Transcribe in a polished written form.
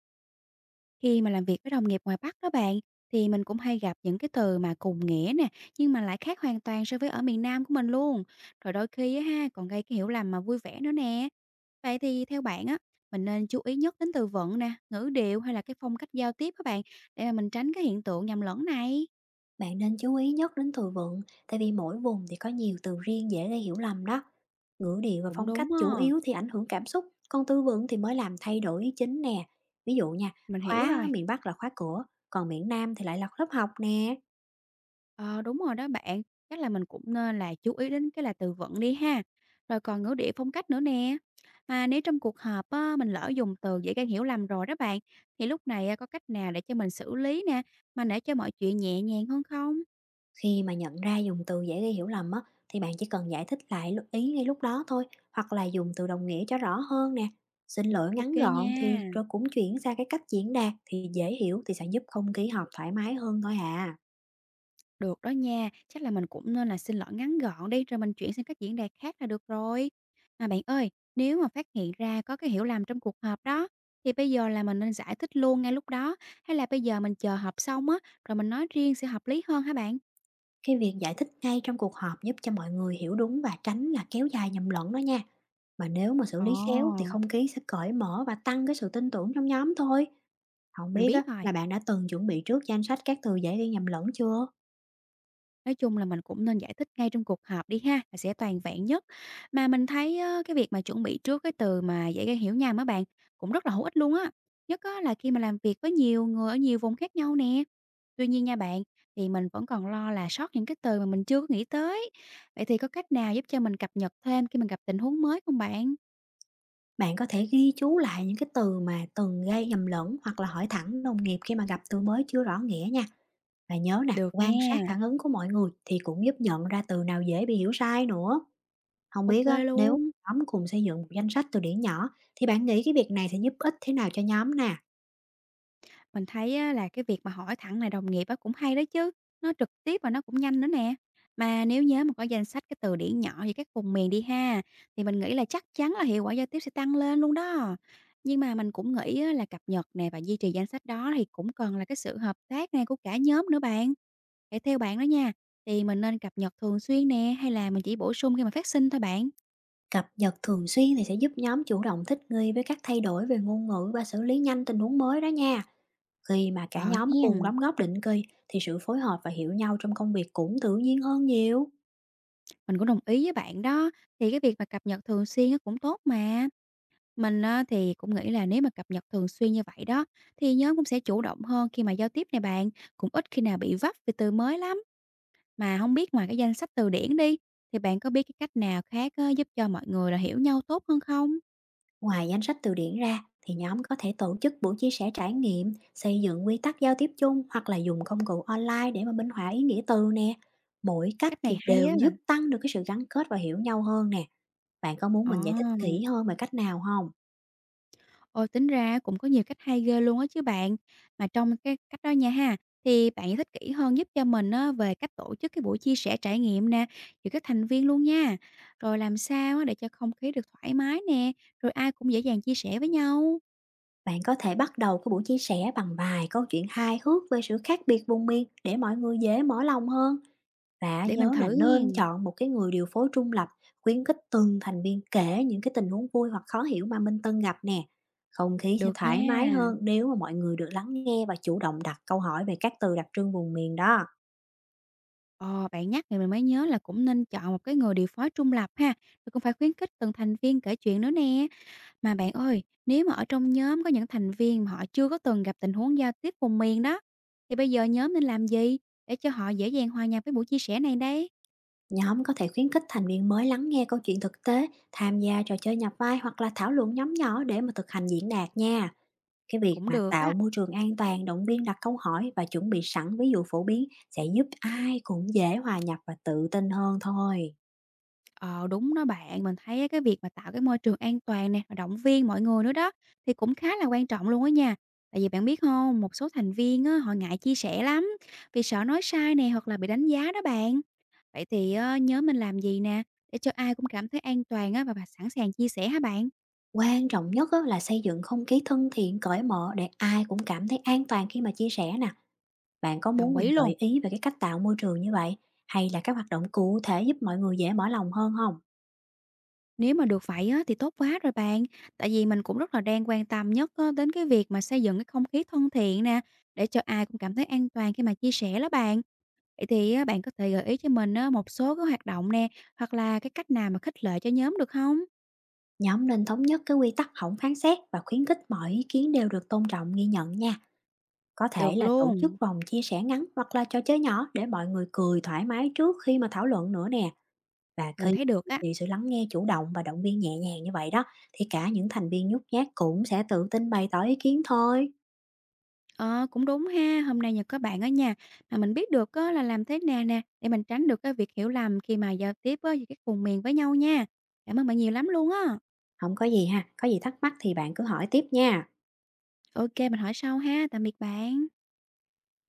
Khi mà làm việc với đồng nghiệp ngoài Bắc đó bạn, thì mình cũng hay gặp những cái từ mà cùng nghĩa nè, nhưng mà lại khác hoàn toàn so với ở miền Nam của mình luôn. Rồi đôi khi á ha, còn gây cái hiểu lầm mà vui vẻ nữa nè. Vậy thì theo bạn á, mình nên chú ý nhất đến từ vựng nè, ngữ điệu hay là cái phong cách giao tiếp các bạn, để mà mình tránh cái hiện tượng nhầm lẫn này. Bạn nên chú ý nhất đến từ vựng, tại vì mỗi vùng thì có nhiều từ riêng dễ gây hiểu lầm đó. Ngữ điệu và Cũng phong cách đúng á, chủ yếu thì ảnh hưởng cảm xúc, còn từ vựng thì mới làm thay đổi ý chính nè. Ví dụ nha, mình hiểu khóa rồi. miền Bắc là khóa cửa, còn miền Nam thì lại là lớp học nè. Ờ, đúng rồi đó bạn, chắc là mình cũng nên là chú ý đến cái là từ vựng đi ha, rồi còn ngữ điệu phong cách nữa nè. Mà nếu trong cuộc họp á, mình lỡ dùng từ dễ gây hiểu lầm rồi đó bạn, thì lúc này á, có cách nào để cho mình xử lý nè, mà để cho mọi chuyện nhẹ nhàng hơn không? Khi mà nhận ra dùng từ dễ gây hiểu lầm á, thì bạn chỉ cần giải thích lại ý ngay lúc đó thôi, hoặc là dùng từ đồng nghĩa cho rõ hơn nè. Xin lỗi OK ngắn gọn thì nha. rồi cũng chuyển sang cái cách diễn đạt thì dễ hiểu thì sẽ giúp không khí họp thoải mái hơn thôi à. Được đó nha, chắc là mình cũng nên là xin lỗi ngắn gọn đi rồi mình chuyển sang các diễn đạt khác là được rồi. Mà bạn ơi, nếu mà phát hiện ra có cái hiểu lầm trong cuộc họp đó thì bây giờ là mình nên giải thích luôn ngay lúc đó hay là bây giờ mình chờ họp xong á rồi mình nói riêng sẽ hợp lý hơn hả bạn? Cái việc giải thích ngay trong cuộc họp giúp cho mọi người hiểu đúng và tránh là kéo dài nhầm lẫn đó nha. Mà nếu mà xử lý khéo thì Ồ, không khí sẽ cởi mở và tăng cái sự tin tưởng trong nhóm thôi. Không mình biết á, biết rồi. là bạn đã từng chuẩn bị trước danh sách các từ dễ gây nhầm lẫn chưa? Nói chung là mình cũng nên giải thích ngay trong cuộc họp đi ha, là sẽ toàn vẹn nhất. Mà mình thấy á, cái việc mà chuẩn bị trước cái từ mà dễ gây hiểu nhầm á bạn cũng rất là hữu ích luôn á. Nhất á, là khi mà làm việc với nhiều người ở nhiều vùng khác nhau nè. Tuy nhiên nha bạn, thì mình vẫn còn lo là sót những cái từ mà mình chưa có nghĩ tới. Vậy thì có cách nào giúp cho mình cập nhật thêm khi mình gặp tình huống mới không bạn? Bạn có thể ghi chú lại những cái từ mà từng gây nhầm lẫn hoặc là hỏi thẳng đồng nghiệp khi mà gặp từ mới chưa rõ nghĩa nha. Và nhớ nè, Được quan sát nha, phản ứng của mọi người thì cũng giúp nhận ra từ nào dễ bị hiểu sai nữa. Không biết OK á, nếu luôn. nhóm cùng xây dựng một danh sách từ điển nhỏ, thì bạn nghĩ cái việc này sẽ giúp ích thế nào cho nhóm nè? Mình thấy á, là cái việc mà hỏi thẳng này đồng nghiệp á, cũng hay đó chứ, nó trực tiếp và nó cũng nhanh nữa nè. Mà nếu nhớ mà có danh sách cái từ điển nhỏ về các vùng miền đi ha, thì mình nghĩ là chắc chắn là hiệu quả giao tiếp sẽ tăng lên luôn đó. Nhưng mà mình cũng nghĩ á, là cập nhật nè và duy trì danh sách đó thì cũng cần là cái sự hợp tác này của cả nhóm nữa bạn. Để theo bạn đó nha, thì mình nên cập nhật thường xuyên nè hay là mình chỉ bổ sung khi mà phát sinh thôi bạn? Cập nhật thường xuyên thì sẽ giúp nhóm chủ động thích nghi với các thay đổi về ngôn ngữ và xử lý nhanh tình huống mới đó nha. Khi mà cả Ờ nhóm cùng hen, đóng góp định kỳ thì sự phối hợp và hiểu nhau trong công việc cũng tự nhiên hơn nhiều. mình cũng đồng ý với bạn đó, thì cái việc mà cập nhật thường xuyên nó cũng tốt mà. Mình á, thì cũng nghĩ là nếu mà cập nhật thường xuyên như vậy đó thì nhóm cũng sẽ chủ động hơn khi mà giao tiếp này bạn, cũng ít khi nào bị vấp về từ mới lắm. Mà không biết ngoài cái danh sách từ điển đi thì bạn có biết cái cách nào khác á, giúp cho mọi người là hiểu nhau tốt hơn không? Ngoài danh sách từ điển ra thì nhóm có thể tổ chức buổi chia sẻ trải nghiệm, xây dựng quy tắc giao tiếp chung hoặc là dùng công cụ online để mà minh họa ý nghĩa từ nè. Mỗi cách Cách này thì hay đều á. giúp tăng được cái sự gắn kết và hiểu nhau hơn nè. Bạn có muốn mình giải thích Ồ. kỹ hơn về cách nào không? Ôi, tính ra cũng có nhiều cách hay ghê luôn á chứ bạn. Mà trong cái cách đó nha ha, thì bạn giải thích kỹ hơn giúp cho mình á về cách tổ chức cái buổi chia sẻ trải nghiệm nè, giữa các thành viên luôn nha. Rồi làm sao á để cho không khí được thoải mái nè, rồi ai cũng dễ dàng chia sẻ với nhau. Bạn có thể bắt đầu cái buổi chia sẻ bằng vài câu chuyện hài hước về sự khác biệt vùng miền để mọi người dễ mở lòng hơn. Và Để mình nhớ là thử nên nghen. chọn một cái người điều phối trung lập, khuyến khích từng thành viên kể những cái tình huống vui hoặc khó hiểu mà Minh Tân gặp nè. Không khí sẽ Được thoải nha. mái hơn nếu mà mọi người được lắng nghe và chủ động đặt câu hỏi về các từ đặc trưng vùng miền đó. Ờ, bạn nhắc thì mình mới nhớ là cũng nên chọn một cái người điều phối trung lập ha, rồi cũng phải khuyến khích từng thành viên kể chuyện nữa nè. Mà bạn ơi, nếu mà ở trong nhóm có những thành viên mà họ chưa có từng gặp tình huống giao tiếp vùng miền đó, thì bây giờ nhóm nên làm gì để cho họ dễ dàng hòa nhập với buổi chia sẻ này đây? Nhóm có thể khuyến khích thành viên mới lắng nghe câu chuyện thực tế, tham gia trò chơi nhập vai hoặc là thảo luận nhóm nhỏ để mà thực hành diễn đạt nha. Cái việc Cũng mà được á. tạo môi trường an toàn, động viên đặt câu hỏi và chuẩn bị sẵn ví dụ phổ biến sẽ giúp ai cũng dễ hòa nhập và tự tin hơn thôi. Ờ đúng đó bạn, mình thấy á, cái việc mà tạo cái môi trường an toàn nè, và động viên mọi người nữa đó thì cũng khá là quan trọng luôn á nha. Tại vì bạn biết không, một số thành viên á, họ ngại chia sẻ lắm vì sợ nói sai nè hoặc là bị đánh giá đó bạn. Vậy thì ờ, nhóm mình làm gì nè để cho ai cũng cảm thấy an toàn á, và sẵn sàng chia sẻ hả bạn? Quan trọng nhất á, là xây dựng không khí thân thiện, cởi mở để ai cũng cảm thấy an toàn khi mà chia sẻ nè. Bạn có muốn Đồng mình ý luôn. gợi ý về cái cách tạo môi trường như vậy, hay là các hoạt động cụ thể giúp mọi người dễ mở lòng hơn không? Nếu mà được vậy á, thì tốt quá rồi bạn. Tại vì mình cũng rất là đang quan tâm nhất á, đến cái việc mà xây dựng cái không khí thân thiện nè, để cho ai cũng cảm thấy an toàn khi mà chia sẻ đó bạn. Vậy thì á, bạn có thể gợi ý cho mình á, một số cái hoạt động nè, hoặc là cái cách nào mà khích lệ cho nhóm được không? Nhóm nên thống nhất cái quy tắc không phán xét và khuyến khích mọi ý kiến đều được tôn trọng ghi nhận nha. Có thể Được là tổ chức luôn, vòng chia sẻ ngắn hoặc là trò chơi nhỏ để mọi người cười thoải mái trước khi mà thảo luận nữa nè. Và khi mình thấy được á. thì sự lắng nghe chủ động và động viên nhẹ nhàng như vậy đó, thì cả những thành viên nhút nhát cũng sẽ tự tin bày tỏ ý kiến thôi. Ờ, cũng đúng ha, hôm nay nhờ có bạn ở nhà mà mình biết được á, là làm thế nào nè để mình tránh được cái việc hiểu lầm khi mà giao tiếp á, giữa các vùng miền với nhau nha. Cảm ơn bạn nhiều lắm luôn á. Không có gì ha, có gì thắc mắc thì bạn cứ hỏi tiếp nha. OK, mình hỏi sau ha, tạm biệt bạn.